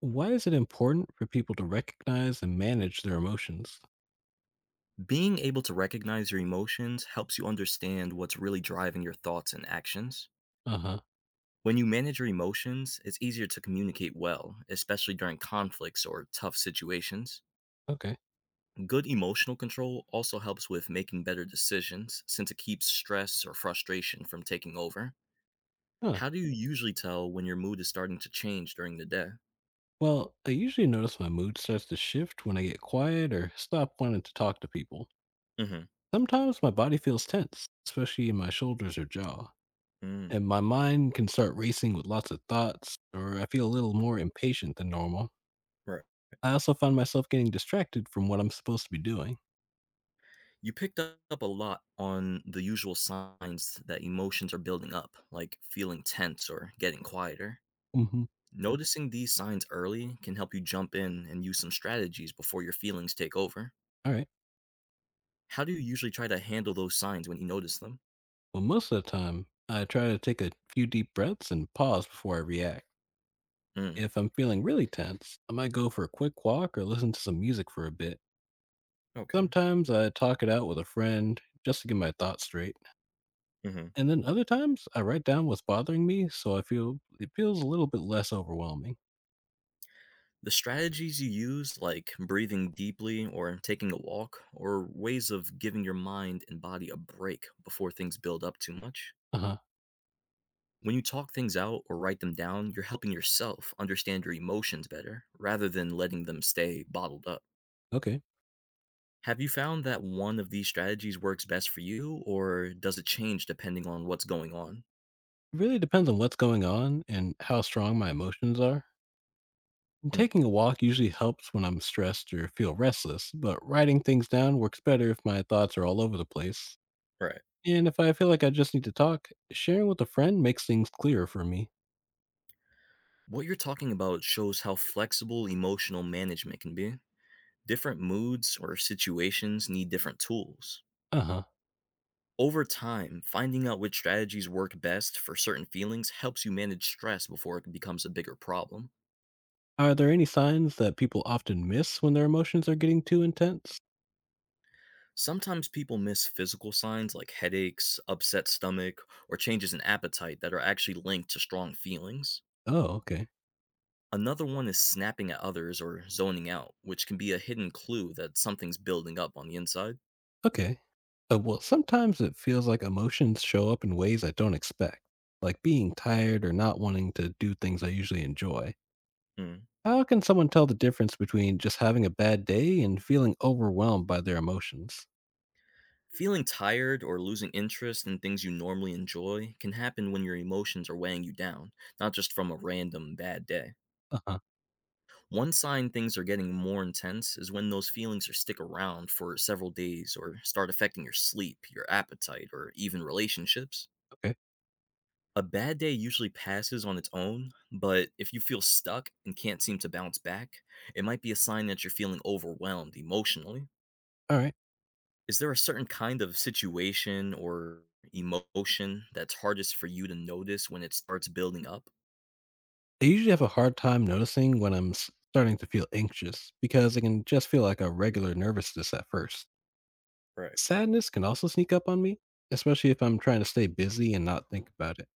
Why is it important for people to recognize and manage their emotions? Being able to recognize your emotions helps you understand what's really driving your thoughts and actions. Uh huh. When you manage your emotions, it's easier to communicate well, especially during conflicts or tough situations. Okay. Good emotional control also helps with making better decisions since it keeps stress or frustration from taking over. Huh. How do you usually tell when your mood is starting to change during the day? Well, I usually notice my mood starts to shift when I get quiet or stop wanting to talk to people. Hmm. Sometimes my body feels tense, especially in my shoulders or jaw, Mm, and my mind can start racing with lots of thoughts, or I feel a little more impatient than normal. right. I also find myself getting distracted from what I'm supposed to be doing. You picked up a lot on the usual signs that emotions are building up, like feeling tense or getting quieter. Hmm. Noticing these signs early can help you jump in and use some strategies before your feelings take over. All right. How do you usually try to handle those signs when you notice them? Well, most of the time, I try to take a few deep breaths and pause before I react. Mm, If I'm feeling really tense, I might go for a quick walk or listen to some music for a bit. okay. Sometimes I talk it out with a friend just to get my thoughts straight. Hmm. And then other times I write down what's bothering me so I feel it feels a little bit less overwhelming. The strategies you use, like breathing deeply or taking a walk, or ways of giving your mind and body a break before things build up too much. Uh-huh. When you talk things out or write them down, you're helping yourself understand your emotions better rather than letting them stay bottled up. Okay. Have you found that one of these strategies works best for you, or does it change depending on what's going on? Really depends on what's going on and how strong my emotions are. And Mm, taking a walk usually helps when I'm stressed or feel restless, but writing things down works better if my thoughts are all over the place. right. And if I feel like I just need to talk, sharing with a friend makes things clearer for me. What you're talking about shows how flexible emotional management can be. Different moods or situations need different tools. Uh huh. Over time, finding out which strategies work best for certain feelings helps you manage stress before it becomes a bigger problem. Are there any signs that people often miss when their emotions are getting too intense? Sometimes people miss physical signs like headaches, upset stomach, or changes in appetite that are actually linked to strong feelings. Oh, okay. Another one is snapping at others or zoning out, which can be a hidden clue that something's building up on the inside. Okay. Well, sometimes it feels like emotions show up in ways I don't expect, like being tired or not wanting to do things I usually enjoy. Mm. How can someone tell the difference between just having a bad day and feeling overwhelmed by their emotions? Feeling tired or losing interest in things you normally enjoy can happen when your emotions are weighing you down, not just from a random bad day. Uh huh. One sign things are getting more intense is when those feelings are stick around for several days or start affecting your sleep, your appetite, or even relationships. Okay. A bad day usually passes on its own, but if you feel stuck and can't seem to bounce back, it might be a sign that you're feeling overwhelmed emotionally. All right. Is there a certain kind of situation or emotion that's hardest for you to notice when it starts building up? I usually have a hard time noticing when starting to feel anxious because it can just feel like a regular nervousness at first. Right. Sadness can also sneak up on me, especially if I'm trying to stay busy and not think about it.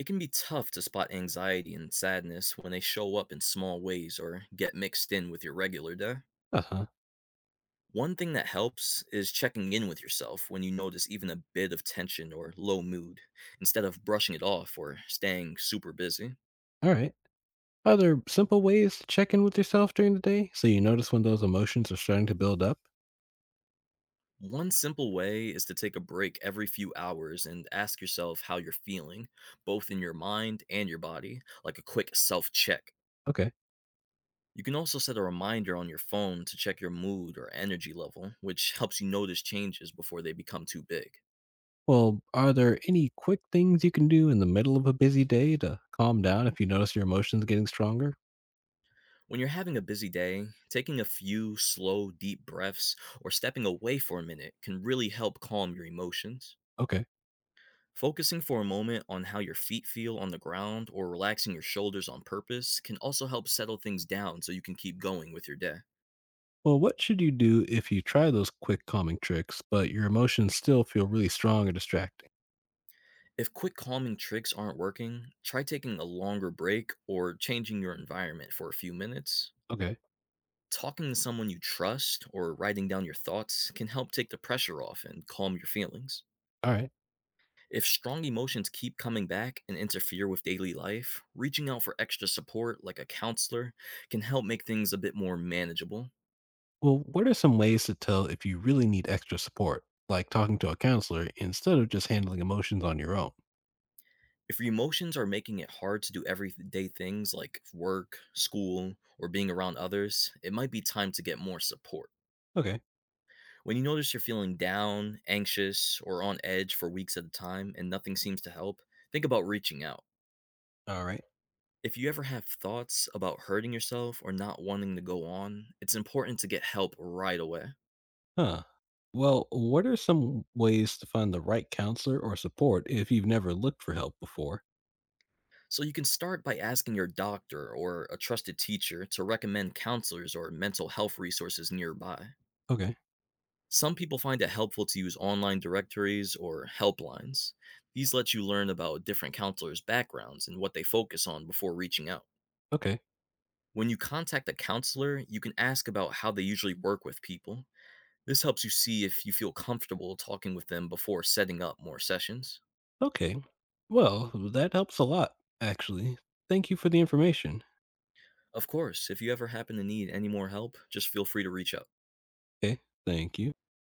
It can be tough to spot anxiety and sadness when they show up in small ways or get mixed in with your regular day. Uh huh. One thing that helps is checking in with yourself when you notice even a bit of tension or low mood, instead of brushing it off or staying super busy. All right. Are there simple ways to check in with yourself during the day so you notice when those emotions are starting to build up? One simple way is to take a break every few hours and ask yourself how you're feeling, both in your mind and your body, like a quick self check. Okay. You can also set a reminder on your phone to check your mood or energy level, which helps you notice changes before they become too big. Well, are there any quick things you can do in the middle of a busy day to calm down if you notice your emotions getting stronger? When you're having a busy day, taking a few slow, deep breaths or stepping away for a minute can really help calm your emotions. Okay. Focusing for a moment on how your feet feel on the ground or relaxing your shoulders on purpose can also help settle things down so you can keep going with your day. Well, what should you do if you try those quick calming tricks, but your emotions still feel really strong or distracting? If quick calming tricks aren't working, try taking a longer break or changing your environment for a few minutes. Okay. Talking to someone you trust or writing down your thoughts can help take the pressure off and calm your feelings. All right. If strong emotions keep coming back and interfere with daily life, reaching out for extra support like a counselor can help make things a bit more manageable. Well, what are some ways to tell if you really need extra support, like talking to a counselor instead of just handling emotions on your own? If your emotions are making it hard to do everyday things like work, school, or being around others, it might be time to get more support. Okay. When you notice you're feeling down, anxious, or on edge for weeks at a time and nothing seems to help, think about reaching out. All right. If you ever have thoughts about hurting yourself or not wanting to go on, it's important to get help right away. Huh. Well, what are some ways to find the right counselor or support if you've never looked for help before? So you can start by asking your doctor or a trusted teacher to recommend counselors or mental health resources nearby. Okay. Some people find it helpful to use online directories or helplines. These let you learn about different counselors' backgrounds and what they focus on before reaching out. Okay. When you contact a counselor, you can ask about how they usually work with people. This helps you see if you feel comfortable talking with them before setting up more sessions. Okay. Well, that helps a lot, actually. Thank you for the information. Of course, if you ever happen to need any more help, just feel free to reach out. Okay. Thank you.